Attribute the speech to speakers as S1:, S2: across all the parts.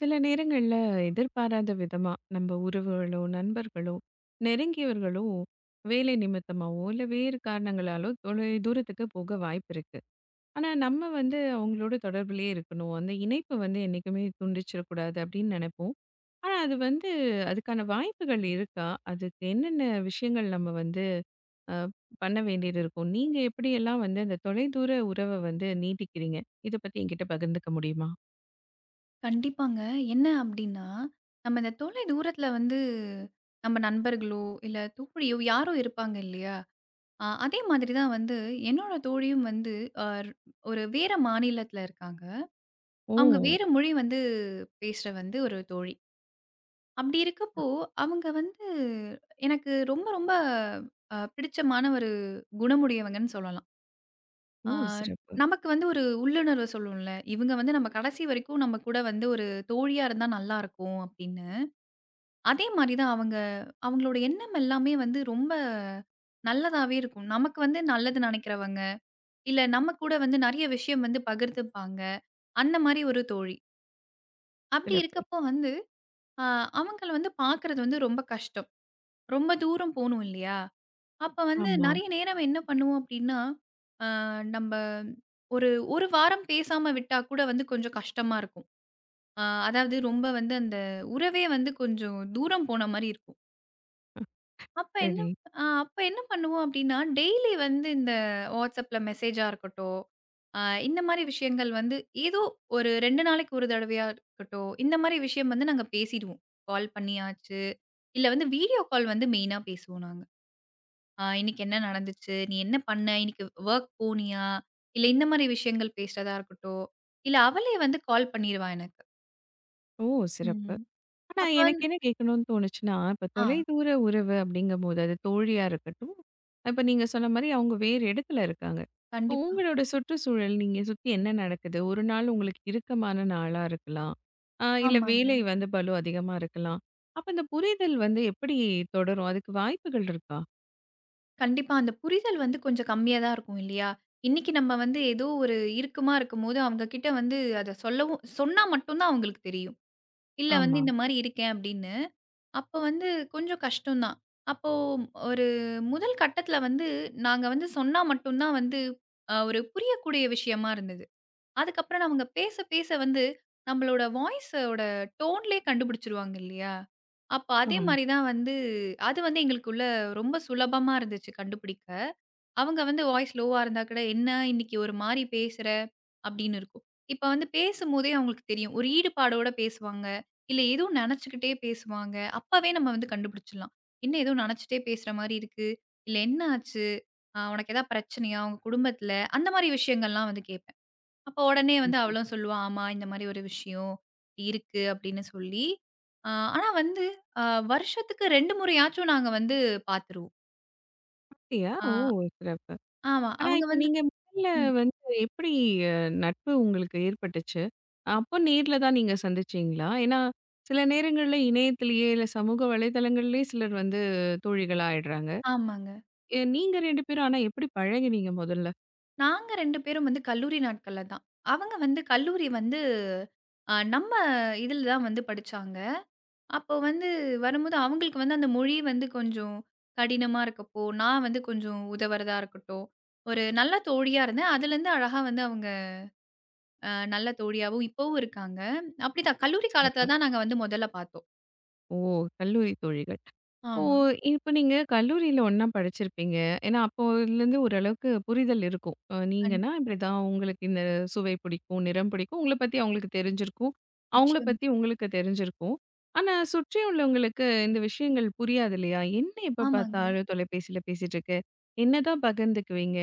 S1: சில நேரங்கள்ல எதிர்பாராத விதமா நம்ம உறவுகளோ, நண்பர்களோ, நெருங்கியவர்களோ வேலை நிமித்தமாவோ, இல்ல வேறு காரணங்களாலோ தொலை தூரத்துக்கு போக வாய்ப்பு இருக்கு. ஆனா நம்ம வந்து அவங்களோட தொடர்பிலேயே இருக்கணும். அந்த இணைப்பு வந்து என்னைக்குமே துண்டிச்சிடக்கூடாது அப்படின்னு நினைப்போம். ஆனா அது வந்து அதுக்கான வாய்ப்புகள் இருக்கா? அதுக்கு என்னென்ன விஷயங்கள் நம்ம வந்து அ பண்ண வேண்டியது இருக்கும்? நீங்க எப்படியெல்லாம் வந்து அந்த தொலைதூர உறவ வந்து நீட்டிக்கிறீங்க? இத பத்தி என்கிட்ட பகிர்ந்துக்க முடியுமா?
S2: கண்டிப்பாங்க. என்ன அப்டின்னா, நம்ம இந்த தொலை தூரத்தில வந்து நம்ம நண்பர்களோ, இல்ல தோழியோ யாரோ இருப்பாங்க இல்லையா? அதே மாதிரி தான் வந்து என்னோட தோழியும் வந்து அ ஒரு வேற மாநிலத்தில இருக்காங்க.
S1: ஓ!
S2: அவங்க வேற மொழி வந்து பேசுற வந்து ஒரு தோழி. அப்டி இருக்கப்போ, அவங்க வந்து எனக்கு ரொம்ப ரொம்ப பிடிச்சமான ஒரு குணமுடையவங்கன்னு சொல்லலாம்.
S1: ஓ!
S2: ஆ
S1: சிறப்பு,
S2: நமக்கு வந்து ஒரு உள்ளுணர்வு சொல்லுவோம்ல, இவங்க வந்து நம்ம கடைசி வரைக்கும் நம்ம கூட வந்து ஒரு தோழியா இருந்தா நல்லாருக்கும் அப்டின்னு. அதே மாரி தான் அவங்க அவங்களோட எண்ணம் எல்லாமே வந்து ரொம்ப நல்லதாவே இருக்கும். நமக்கு வந்து நல்லது நெனைக்கிறவங்க, இல்ல நம்ம கூட வந்து நெறைய விஷயம் வந்து பகிர்ந்துப்பாங்க. அந்த மாரி ஒரு தோழி. அப்படி
S1: சிறப்பு.
S2: இருக்கப்போ வந்து அ அவங்கள வந்து பார்க்கறது வந்து ரொம்ப கஷ்டம். ரொம்ப தூரம் போணும் இல்லையா? அப்ப வந்து
S1: ஆமா.
S2: நெறைய நேரம் என்ன பண்ணுவோம் அப்படின்னா, அ நம்ப ஒரு 1 வாரம் பேசாம விட்டா கூட வந்து கொஞ்சம் கஷ்டமா இருக்கும். அ அதாவது ரொம்ப வந்து அந்த உறவே வந்து கொஞ்சம் தூரம் போன மாரி இருக்கும். அப்ப என்ன
S1: சரி.
S2: அப்ப என்ன பண்ணுவோம் அப்டின்னா, டெய்லி வந்து இந்த WhatsAppல மெசேஜா இருக்கட்டும், அ இந்த மாரி விஷயங்கள் வந்து ஏதோ ஒரு 2 நாளைக்கு ஒரு தடவையா இருக்கட்டும், இந்த மாரி விஷயம் வந்து நாங்க பேசிடுவோம். கால் பண்ணியாச்சு, இல்ல வந்து வீடியோ கால் வந்து மெயினா பேசுவோம் நாங்க. இன்னைக்கு என்ன நடந்துச்சு? நீ என்ன பண்ண? இன்னைக்கு வொர்க் போனியா? இல்ல இந்த மாரி விஷயங்கள் பேசுறதா இருக்கட்டும், இல்ல அவளே வந்து கால் பண்ணிருவா எனக்கு.
S1: ஓ! சிறப்பு.
S2: ம்.
S1: ஆனா
S2: அப்ப
S1: எனக்கு
S2: வந்து
S1: என்ன கேட்கணும்னு தோணுச்சுன்னா, இப்ப
S2: ஆ
S1: தொலைதூர உறவு அப்படிங்கும்போது, அது தோழியா இருக்கட்டும், இப்ப நீங்க சொன்ன மாரி அவங்க வேறு இடத்துல இருக்காங்க. இப்போ
S2: கண்டிப்பா.
S1: உங்களோட சுற்றுச்சூழல் நீங்க சுத்தி என்ன நடக்குது? ஒரு நாள் உங்களுக்கு இறுக்கமான நாளா இருக்கலாம். இல்ல
S2: ஆமாங்க.
S1: வேலை வந்து பளு அதிகமா இருக்கலாம். அப்ப இந்த புரிதல் வந்து எப்படி தொடரும்? அதுக்கு வாய்ப்புகள் இருக்கா?
S2: கண்டிப்பா. அந்த புரிதல் வந்து கொஞ்சம் கம்மியா தான் இருக்கும் இல்லையா? இன்னைக்கு நம்ம வந்து ஏதோ ஒரு இறுக்கமா இருக்கும்போது, அவங்க கிட்ட வந்து அத சொல்லவும் சொன்னா மட்டும் தான் அவங்களுக்கு தெரியும். இல்ல வந்து
S1: ஆமா.
S2: இந்த மாரி இருக்கேன் அப்படின்னு. அப்ப வந்து கொஞ்சம் கஷ்டம் தான். அப்போ ஒரு முதல் கட்டத்துல வந்து நாங்க வந்து சொன்னா மட்டும் தான் வந்து ஒரு புரியக்கூடிய விஷயமா இருந்தது. அதுக்கப்புறம் அவங்க பேச பேச வந்து நம்மளோட வாய்ஸோட டோன்லயே கண்டுபிடிச்சுருவாங்க இல்லையா? அப்ப அதே
S1: ஆமா.
S2: மாரி தான் வந்து அது வந்து எங்களுக்குள்ள ரொம்ப சுலபமா இருந்துச்சு கண்டுபிடிக்க. அவங்க வந்து வாய்ஸ் லோவா இருந்தா கூட, "என்ன இன்னைக்கு ஒரு மாரி பேசுற?" அப்படின்னு இருக்கும். இப்ப வந்து பேசும்போதே அவங்களுக்கு தெரியும். ஒரு ஈடுபாடோட பேசுவாங்க. இல்ல ஏதோ நெனச்சுக்கிட்டே பேசுவாங்க. அப்பவே நம்ம வந்து கண்டுபிடிச்சிடலாம். "என்ன ஏதோ நெனச்சுட்டே பேசுற மாரி இருக்கு. இல்ல என்ன ஆச்சு? உனக்கு ஏதாவது பிரச்சனையா உங்க குடும்பத்துல?" அந்த மாரி விஷயங்கள்லாம் வந்து கேட்பேன். அப்போ உடனே வந்து
S1: சிறப்பு.
S2: அவளும் சொல்லுவா, "ஆமா, இந்த மாரி ஒரு விஷயம் இருக்கு." அப்படின்னு சொல்லி. அ ஆனா வந்து அ வருஷத்துக்கு 2 முறையாச்சும் நாங்க வந்து பார்த்துருவோம்.
S1: அப்படியா?
S2: ஆ
S1: ஓ! சிறப்பு.
S2: ஆமா.
S1: ஆனா,
S2: அவங்க
S1: இப்ப
S2: வந்து
S1: நீங்க முதல்ல
S2: ம்.
S1: வந்து எப்படி அ நட்பு உங்களுக்கு ஏற்பட்டுச்சு? அப்போ நேர்ல தான் நீங்க சந்திச்சீங்களா? ஏன்னா, சில நேரங்கள்ல இணையத்திலேயே, இல்ல சமூக வலைதளங்கள்லயே சிலர் வந்து தோழிகளா ஆயிடுறாங்க.
S2: ஆமாங்க.
S1: நீங்க 2 பேரும் ஆனா எப்படி பழகுனீங்க முதல்ல?
S2: நாங்க 2 பேரும் வந்து கல்லூரி நாட்கள்ல தான். அவங்க வந்து கல்லூரி வந்து நம்ம இதில தான் வந்து படிச்சாங்க. அப்போ வந்து வரும்போது அவங்களுக்கு வந்து அந்த மொழி வந்து கொஞ்சம் கடினமா இருக்கப்போ, நான் வந்து கொஞ்சம் உதவுறதா இருக்கட்டும், ஒரு நல்ல தோழியா இருந்தேன். அதுலேருந்து அழகா வந்து அவங்க நல்ல தோழியாவும் இப்பவும் இருக்காங்க. அப்படிதான் கல்லூரி
S1: சிறப்பு.
S2: காலத்தில தான் நாங்க வந்து முதல்ல பார்த்தோம்.
S1: ஓ! கல்லூரி தோழிகள். இப்போ
S2: ஆமா.
S1: இப்ப நீங்க கல்லூரியில ஒண்ணா படிச்சிருப்பீங்க. ஏன்னா அப்போலேருந்து ஓரளவுக்கு புரிதல் இருக்கும்.
S2: கண்
S1: நீங்கன்னா இப்படிதான் உங்களுக்கு இந்த சுவை பிடிக்கும், நிறம் பிடிக்கும். உங்கள பத்தி அவங்களுக்கு தெரிஞ்சிருக்கும். அவங்கள
S2: நிச்சயம்.
S1: பத்தி உங்களுக்கு தெரிஞ்சிருக்கும். ஆனா சுற்றி உள்ளவங்களுக்கு இந்த விஷயங்கள் புரியாது இல்லையா? என்ன எப்ப
S2: ஆமாங்க.
S1: பார்த்தாலும் தொலைபேசியில பேசிட்டு இருக்க? என்னதான் பகிர்ந்துக்குவீங்க?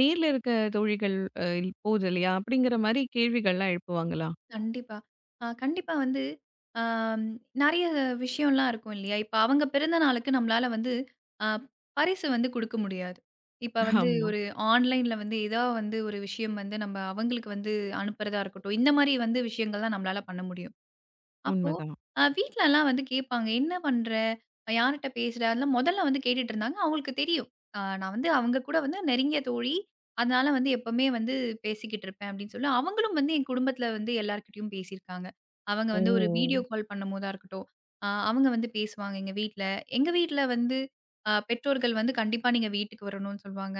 S1: நேர்ல இருக்க தோழிகள் அ போது இல்லையா? அப்படிங்கிற மாரி கேள்விகள்லாம் எழுப்புவாங்களா?
S2: கண்டிப்பா. கண்டிப்பா வந்து ஆம் நெறைய விஷயம்லாம் இருக்கும் இல்லையா? இப்ப அவங்க பிறந்த நாளுக்கு நம்மளால வந்து அ பரிசு வந்து குடுக்க முடியாது. இப்ப வந்து
S1: ஆமா.
S2: ஒரு ஆன்லைன்ல வந்து ஏதா வந்து ஒரு விஷயம் வந்து நம்ம அவங்களுக்கு வந்து அனுப்புறதா இருக்கட்டும். இந்த மாரி வந்து விஷயங்கள் தான் நம்மளால பண்ண முடியும். அப்போ
S1: உண்மதான்.
S2: வீட்லலாம் வந்து கேட்பாங்க. "என்ன பண்ற? யார்ட்ட பேசுற?" அதெல்லாம் மொதல்ல வந்து கேட்டுட்டு இருந்தாங்க. அவங்களுக்கு தெரியும். நான் வந்து அவங்க கூட வந்து நெருங்கிய தோழி. அதனால வந்து எப்பவுமே வந்து பேசிக்கிட்டு இருப்பேன் அப்படின்னு சொல்லி, அவங்களும் வந்து என் குடும்பத்தில வந்து எல்லார்கிட்டயும் பேசியிருக்காங்க. அவங்க வந்து ஒரு வீடியோ
S1: ஓ!
S2: கால் பண்ணும்போதா இருக்கட்டும், அவங்க வந்து பேசுவாங்க எங்க வீட்ல. எங்க வீட்ல வந்து பெற்றோர்கள் வந்து "கண்டிப்பா நீங்க வீட்டுக்கு வரணும்னு" சொல்லுவாங்க.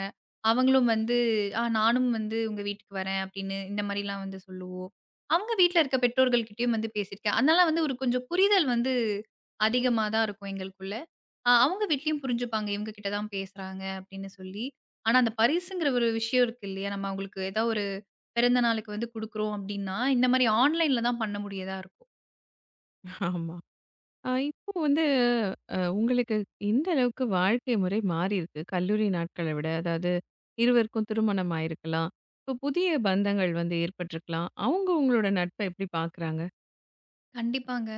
S2: அவங்களும் வந்து "ஆ நானும் வந்து உங்க வீட்டுக்கு வரேன்" அப்படின்னு இந்த மாரிலாம் வந்து சொல்லுவோம். அவங்க வீட்ல இருக்க பெற்றோர்கள்கிட்டயும் வந்து பேசியிருக்கேன். அதனால வந்து ஒரு கொஞ்சம் புரிதல் வந்து அதிகமா தான் இருக்கும் எங்களுக்குள்ள. அவங்க வீட்லயும் புரிஞ்சுப்பாங்க. இவங்க கிட்ட தான் பேசுறாங்க அப்படின்னு சொல்லி. ஆனா அந்த பரிசுங்கிற ஒரு விஷயம் இருக்கு இல்லையா? நம்ம அவங்களுக்கு ஏதாவது ஒரு பிறந்த நாளுக்கு வந்து குடுக்குறோம் அப்படின்னா, இந்த மாரி ஆன்லைன்ல தான் பண்ண முடியதா இருக்கும்.
S1: ஆமா. ஆ, இப்போ வந்து உங்களுக்கு எந்த அளவுக்கு வாழ்க்கை முறை மாறி இருக்கு? கல்லூரி நாட்கள விட. அதாவது இருவருக்கும் திருமணம் ஆயிருக்கலாம். இப்போ புதிய பந்தங்கள் வந்து ஏற்பட்டிருக்கலாம். அவங்க உங்களோட நட்ப எப்படி பார்க்குறாங்க?
S2: கண்டிப்பாங்க.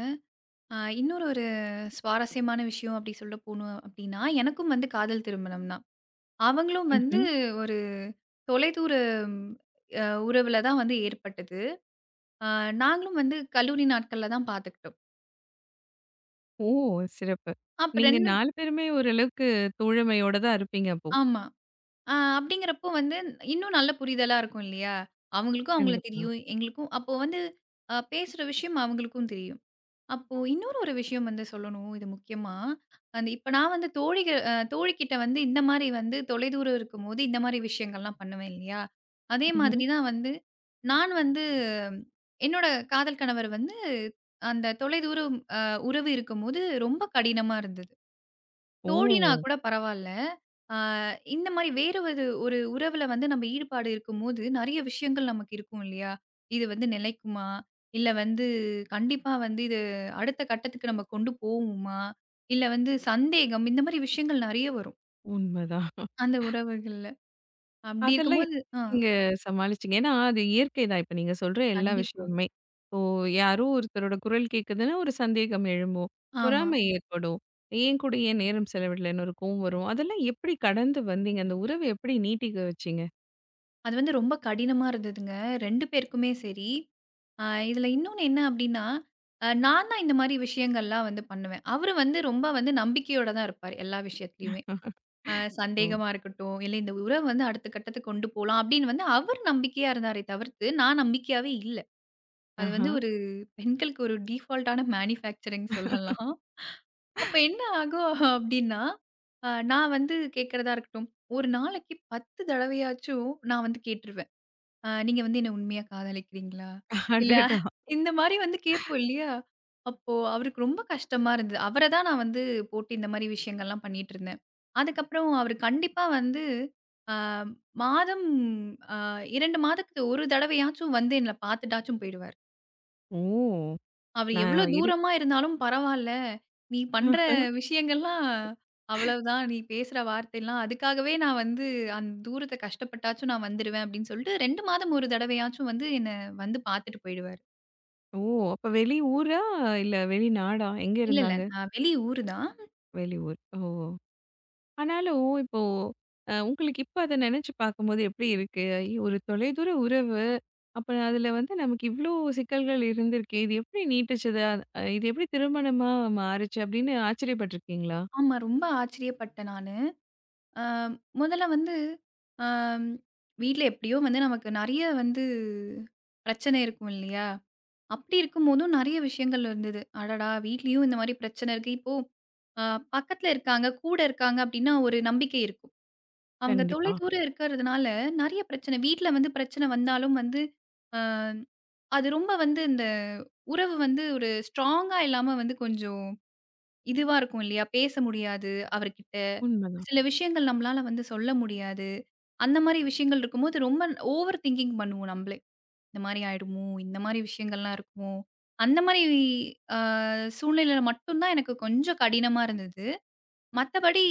S2: இன்னொரு சுவாரஸ்யமான விஷயம் அப்படி சொல்ல போணும் அப்படின்னா, எனக்கும் வந்து காதல் திருமணம் தான். அவங்களும் வந்து
S1: ம்ஹ்ம்.
S2: ஒரு தொலைதூர உறவுல தான் வந்து ஏற்பட்டது. ஆ நாங்களும் வந்து கல்லூரி நாட்கள்ல தான் பார்த்துக்கிட்டோம்.
S1: ஓ! சிறப்பு.
S2: அப்ப
S1: நீங்க
S2: 2
S1: 4 பேருமே ஓரளவுக்கு தோழமையோட தான் இருப்பீங்க அப்போ.
S2: ஆமா. அப்படிங்கிறப்போ வந்து இன்னும் நல்ல புரிதலா இருக்கும் இல்லையா? அவங்களுக்கும் அவங்கள
S1: கண்டிப்பா.
S2: தெரியும். எங்களுக்கும் அப்போ வந்து பேசுற விஷயம் அவங்களுக்கும் தெரியும். அப்போ இன்னொரு விஷயம் வந்து சொல்லணும் இது முக்கியமா. அந்த இப்ப நான் வந்து தோழிகிட்ட வந்து இந்த மாரி வந்து தொலைதூரம் இருக்கும்போது இந்த மாரி விஷயங்கள்லாம் பண்ணுவேன் இல்லையா? அதே
S1: ம்ஹ்ம்.
S2: மாதிரி தான் வந்து நான் வந்து என்னோட காதல் கணவர் வந்து அந்த தொலைதூரம் உறவு இருக்கும்போது ரொம்ப கடினமா இருந்தது. தோழினா
S1: ஓ!
S2: கூட பரவால்ல. ஆ இந்த மாரி வேற ஒரு ஒரு உறவுல வந்து நம்ம ஈடுபாடு இருக்கும்போது, நெறைய விஷயங்கள் நமக்கு இருக்கும் இல்லையா? இது வந்து நிலைக்குமா? இல்ல வந்து கண்டிப்பா வந்து இது அடுத்த கட்டத்துக்கு நம்ம கொண்டு போவுமா? இல்ல வந்து சந்தேகம், இந்த மாரி விஷயங்கள் நெறைய வரும்.
S1: உண்மதான்.
S2: அந்த உறவுகள்ல. அப்டி
S1: அதெல்லாம் எப்படி
S2: இருக்கும்போது
S1: நீங்க சமாளிச்சீங்க? ஏன்னா, அது இயற்கை தான். இப்ப நீங்க சொல்ற எல்லா
S2: கண்டிப்பா.
S1: விஷயமுமே. இப்போ யாரோ ஒருத்தரோட குரல் கேட்குதுன்னா, ஒரு சந்தேகம் எழும்பும்.
S2: ஆமா.
S1: பொறாமை ஏற்படும். ஏன் கூட ஏன் நேரம் செலவிடலன்னு ஒரு கோவம் வரும். அதெல்லாம் எப்படி கடந்து வந்தீங்க? அந்த உறவ எப்படி நீட்டிக்க வச்சீங்க?
S2: அது வந்து ரொம்ப கடினமா இருந்ததுங்க. 2 பேருக்குமே சரி. அ இதுல இன்னொன்னு என்ன அப்டின்னா, நான் தான் இந்த மாரி விஷயங்கள்லாம் வந்து பண்ணுவேன். அவரு வந்து ரொம்ப வந்து நம்பிக்கையோட தான் இருப்பாரு எல்லா விஷயத்துலயுமே. அ
S1: ஓ!
S2: சந்தேகமா இருக்கட்டும், இல்ல இந்த உறவ வந்து அடுத்த கட்டத்துக்கு கொண்டு போலாம் அப்டின்னு வந்து அவர் நம்பிக்கையா இருந்தாரே தவிர்த்து, நான் நம்பிக்கையாவே இல்ல. அது
S1: ஆஹா!
S2: வந்து ஒரு பெண்களுக்கு ஒரு டிஃபால்ட்டான மேனுஃபேக்சரிங் சொல்லலாம். அப்ப என்ன ஆகும் அப்டின்னா, நான் வந்து கேட்கறதா இருக்கட்டும், ஒரு நாளைக்கு 10 தடவையாச்சும் நான் வந்து கேட்டுருவேன். நீங்க வந்து என்ன உண்மையா காதலிக்கிறீங்களா? இல்ல
S1: அடடா!
S2: இந்த மாரி வந்து கேட்போம் இல்லையா? அப்போ அவருக்கு ரொம்ப கஷ்டமா இருந்தது. அவர தான் நான் வந்து போட்டு இந்த மாரி விஷயங்கள்லாம் பண்ணிட்டுருந்தேன். அதுக்கப்புறம் அவரு கண்டிப்பா வந்து ஆ மாதம் ஆ 2 மாதத்துக்கு ஒரு தடவையாச்சும் வந்து என்ன பார்த்துட்டாச்சும் போயிடுவாரு.
S1: ஓ!
S2: அவர்
S1: நான்
S2: எவ்ளோ
S1: இரு
S2: தூரமா இருந்தாலும் பரவால்ல. நீ பண்ற விஷயங்கள்லாம் அவ்வளவுதான். நீ பேசுற வார்த்தைலாம் அதுக்காகவே நான் வந்து அந்த தூரத்த கஷ்டப்பட்டாச்சும் நான் வந்துருவேன் அப்படின்னு சொல்லிட்டு 2 மாதம் ஒரு தடவையாச்சும் வந்து என்ன வந்து பார்த்துட்டு போயிடுவாரு.
S1: ஓ! அப்ப வெளி ஊரா? இல்ல வெளிநாடா? எங்க
S2: இல்ல, இல்ல.
S1: இருந்தாங்க?
S2: நான் வெளி ஊரு தான்.
S1: வெளியூர். ஓ! ஆனாலும், இப்போ உங்களுக்கு இப்ப அத நெனச்சு பார்க்கும்போது எப்படி இருக்கு? ஐயோ! ஒரு தொலைதூர உறவு. அப்ப அதுல வந்து நமக்கு இவ்ளோ சிக்கல்கள் இருந்திருக்கே! இது எப்படி நீட்டிச்சது? அ இது எப்படி திருமணமா மாறுச்சு? அப்படின்னு ஆச்சரியப்பட்டுருக்கீங்களா?
S2: ஆமா ரொம்ப ஆச்சரியப்பட்டேன் நானு. அ முதல்ல வந்து அம் வீட்ல எப்படியோ வந்து நமக்கு நெறைய வந்து பிரச்சனை இருக்கும் இல்லையா? அப்படி இருக்கும்போதும் நெறைய விஷயங்கள் இருந்தது. அடடா! வீட்லயும் இந்த மாரி பிரச்சனை இருக்கு. இப்போ அ பக்கத்துல இருக்காங்க, கூட இருக்காங்க அப்டின்னா ஒரு நம்பிக்கை இருக்கும். அவங்க தொலை
S1: கண்டிப்பா.
S2: தூரம் இருக்கிறதுனால நெறைய பிரச்சனை வீட்ல வந்து பிரச்சனை வந்தாலும் வந்து, அ அது ரொம்ப வந்து இந்த உறவு வந்து ஒரு ஸ்ட்ராங்கா இல்லாம வந்து கொஞ்சம் இதுவா இருக்கும் இல்லையா? பேச முடியாது அவர்கிட்ட.
S1: உண்மதான்.
S2: சில விஷயங்கள் நம்மளால வந்து சொல்ல முடியாது. அந்த மாரி விஷயங்கள் இருக்கும்போது ரொம்ப ஓவர் திங்கிங் பண்ணுவோம் நம்மளே. இந்த மாரி ஆயிடுமோ? இந்த மாரி விஷயங்கள்லாம் இருக்குமோ? அந்த மாரி அ சூழ்நிலையில மட்டும் தான் எனக்கு கொஞ்சம் கடினமா இருந்தது. மத்தபடி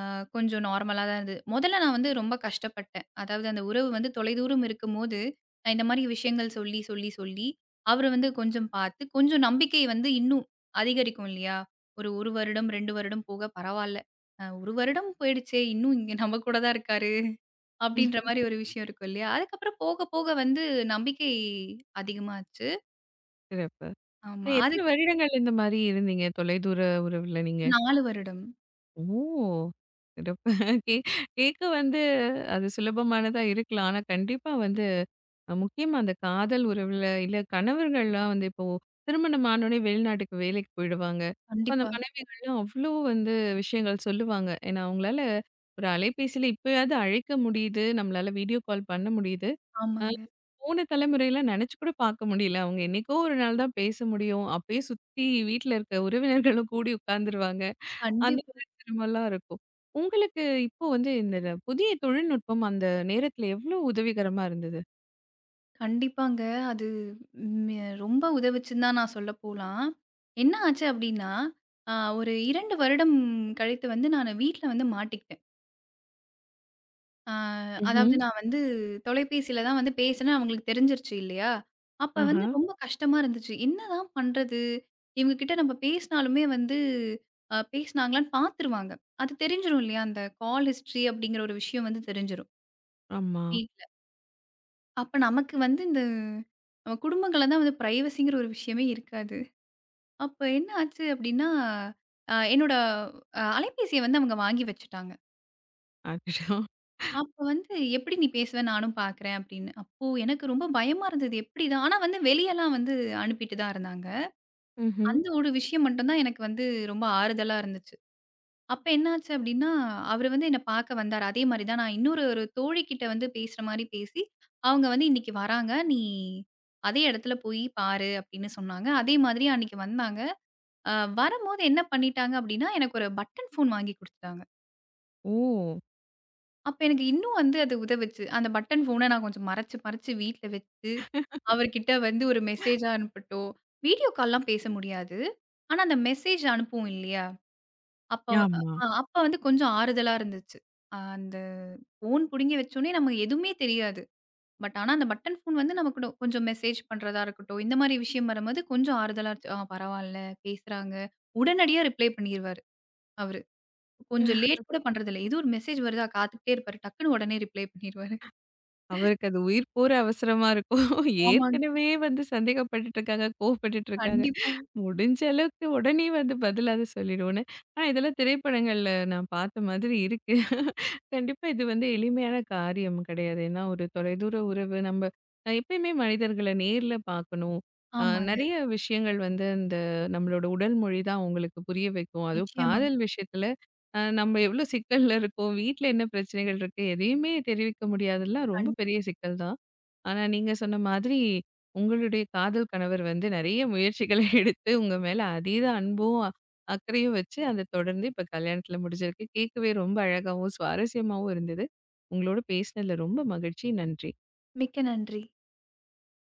S2: கொஞ்சம் நார்மலா தான் இருந்தது. மொதல்ல நான் வந்து ரொம்ப கஷ்டப்பட்டேன். அதாவது அந்த உறவு வந்து தொலைதூரம் இருக்கும்போது, நான் இந்த மாரி விஷயங்கள் சொல்லி, சொல்லி, சொல்லி அவரு வந்து கொஞ்சம் பார்த்து, கொஞ்சம் நம்பிக்கை வந்து இன்னும் அதிகரிக்கும் இல்லையா? ஒரு 1 வருடம், 2 வருடம் போக பரவால்ல. 1 வருடம் போயிடுச்சே! இன்னும் இங்க நம்ம கூட தான் இருக்காரு. அப்படின்ற
S1: ம்.
S2: மாரி ஒரு விஷயம் இருக்கும் இல்லையா? அதுக்கப்புறம் போக, போக வந்து நம்பிக்கை அதிகமாச்சு.
S1: சிறப்பு.
S2: ஆமா.
S1: எத்தன
S2: அதுக்கு
S1: வருடங்கள் இந்த மாரி இருந்தீங்க? தொலைதூர உறவுல நீங்க?
S2: 4 வருடம்.
S1: ஓ! சிறப்பு. கே கேட்க வந்து அது சுலபமானதா இருக்கலாம். ஆனா, கண்டிப்பா வந்து முக்கியமா அந்த காதல் உறவுல, இல்ல கணவர்கள்லாம் வந்து இப்போ திருமணமான உடனே வெளிநாட்டுக்கு வேலைக்கு போயிடுவாங்க. அப்ப அந்த
S2: கண்டிப்பா.
S1: மனைவிகள்லாம் அவ்ளோ வந்து விஷயங்கள் சொல்லுவாங்க. ஏன்னா அவங்களால ஒரு அலைபேசியில இப்பயாவது அழைக்க முடியுது, நம்மளால வீடியோ கால் பண்ண முடியுது. அ
S2: ஆமாங்க.
S1: போன தலைமுறையில நெனச்சு கூட பார்க்க முடியல. அவங்க என்னைக்கோ ஒரு நாள் தான் பேச முடியும். அப்பயே சுத்தி வீட்ல இருக்க உறவினர்களும் கூடி உட்கார்ந்துருவாங்க. அந்த
S2: கண்டிப்
S1: மாதிரி சிரமம்லாம் இருக்கும். உங்களுக்கு இப்போ வந்து இந்த புதிய தொழில்நுட்பம் அந்த நேரத்துல எவ்ளோ உதவிகரமா இருந்தது?
S2: கண்டிப்பாங்க. அது ம் ரொம்ப உதவுச்சுன்னு தான் நான் சொல்ல போலாம். என்ன ஆச்சு அப்டின்னா, அ ஒரு 2 வருடம் கழித்து வந்து நானு வீட்ல வந்து மாட்டிக்கிட்டேன். அ
S1: ம்ஹ்ம்.
S2: அதாவது நான் வந்து தொலைபேசியில தான் வந்து பேசினேன் அவங்களுக்கு தெரிஞ்சிருச்சு இல்லையா? அப்ப
S1: ஆஹா.
S2: வந்து ரொம்ப கஷ்டமா இருந்துச்சு. என்னதான் பண்றது? இவங்க கிட்ட நம்ம பேசினாலுமே வந்து பேசினாங்களான்னு பார்த்துருவாங்க. அது தெரிஞ்சிரும் இல்லையா? அந்த கால் ஹிஸ்டரி அப்படிங்கிற ஒரு விஷயம் வந்து தெரிஞ்சிரும்.
S1: ஆமா.
S2: அப்ப நமக்கு வந்து இந்த நம்ம குடும்பங்கள்ல தான் வந்து பிரைவசிங்கிற ஒரு விஷயமே இருக்காது. அப்ப என்ன ஆச்சு அப்டின்னா, அ என்னோட அ அலைபேசிய வந்து அவங்க வாங்கி வச்சுட்டாங்க.
S1: அச்சச்சோ!
S2: அப்ப வந்து "எப்டி நீ பேசுவ நானும் பார்க்குறேன்" அப்டின்னு. அப்போ எனக்கு ரொம்ப பயமா இருந்தது எப்டிதான் ஆனா வந்து வெளியலாம் வந்து அனுப்பிட்டு தான் இருந்தாங்க.
S1: ம்ஹ்ம்.
S2: அந்த ஒரு விஷயம் மட்டும் தான் எனக்கு வந்து ரொம்ப ஆறுதலா இருந்துச்சு. அப்ப என்னாச்சு அப்டின்னா, அவரு வந்து என்ன பாக்க வந்தாரு. அதே மாரி தான் நான் இன்னொரு தோழிகிட்ட வந்து பேசுற மாரி பேசி, அவங்க வந்து "இன்னைக்கு வராங்க. நீ அதே இடத்துல போய் பாரு" அப்டின்னு சொன்னாங்க. அதே மாதிரி அன்னைக்கு வந்தாங்க. அ வரும்போது என்ன பண்ணிட்டாங்க அப்டின்னா, எனக்கு ஒரு பட்டன் ஃபோன் வாங்கி குடுத்துட்டாங்க.
S1: ஓ!
S2: அப்ப எனக்கு இன்னும் வந்து அது உதவுச்சு. அந்த பட்டன் ஃபோன நான் கொஞ்சம் மறைச்சு, மறைச்சு வீட்ல வச்சு, அவர்கிட்ட வந்து ஒரு மெசேஜா அனுப்பட்டும் வீடியோ கால்லாம் பேச முடியாது. ஆனா அந்த மெசேஜ் அனுப்புவோம் இல்லையா? அப்ப
S1: ஆமா.
S2: அப்ப வந்து கொஞ்சம் ஆறுதலா இருந்துச்சு. அந்த ஃபோன் புடுங்கி வச்சோனே நமக்கு எதுவுமே தெரியாது. பட் ஆனா அந்த பட்டன் ஃபோன் வந்து நமக்கு கொஞ்சம் மெசேஜ் பண்றதா இருக்கட்டும், இந்த மாரி விஷயம் வரும்போது கொஞ்சம் ஆறுதலா இருந்துச்சு. பரவால்ல பேசுறாங்க. உடனடியா ரிப்ளை பண்ணிருவாரு அவரு. கொஞ்சம் லேட் கூட பண்றதில்ல. ஏதோ ஒரு மெசேஜ் வருதா காத்துக்கிட்டே இருப்பாரு. டக்குனு உடனே ரிப்ளை பண்ணிருவாரு.
S1: அவருக்கு அது உயிர் போற அவசரமா இருக்கும்.
S2: ஆமாங்க.
S1: ஏற்கனவே வந்து சந்தேகப்பட்டுட்டு இருக்காங்க, கோவப்பட்டுட்டு இருக்காங்க.
S2: கண்டிப்பா.
S1: முடிஞ்ச அளவுக்கு உடனே வந்து பதில் அத சொல்லிடுவோன்னு. ஆனா இதெல்லாம் திரைப்படங்கள்ல நான் பார்த்த மாதிரி இருக்கு. கண்டிப்பா இது வந்து எளிமையான காரியம் கிடையாது. ஏன்னா, ஒரு தொலைதூர உறவு நம்ம எப்பயுமே மனிதர்கள நேர்ல பார்க்கணும்.
S2: ஆமாங்க.
S1: நெறைய விஷயங்கள் வந்து இந்த நம்மளோட உடல் மொழி தான் அவங்களுக்கு புரிய வைக்கும். அதுவும்
S2: நிச்சயமா.
S1: காதல் விஷயத்துல நம்ம எவ்ளோ சிக்கல்ல இருக்கோம், வீட்ல என்ன பிரச்சனைகள் இருக்கு, எதையுமே தெரிவிக்க முடியாததெல்லாம் ரொம்ப
S2: கண்
S1: பெரிய சிக்கல் தான். ஆனா, நீங்க சொன்ன மாதிரி, உங்களுடைய காதல் கணவர் வந்து நெறைய முயற்சிகள எடுத்து, உங்க மேல அதீத அன்பும், அக்கறையும் வச்சு, அத தொடர்ந்து இப்ப கல்யாணத்துல முடிஞ்சிருக்கு. கேட்கவே ரொம்ப அழகாவும், சுவாரஸ்யமாவும் இருந்தது. உங்களோட பேசினதுல ரொம்ப மகிழ்ச்சி. நன்றி.
S2: மிக்க நன்றி.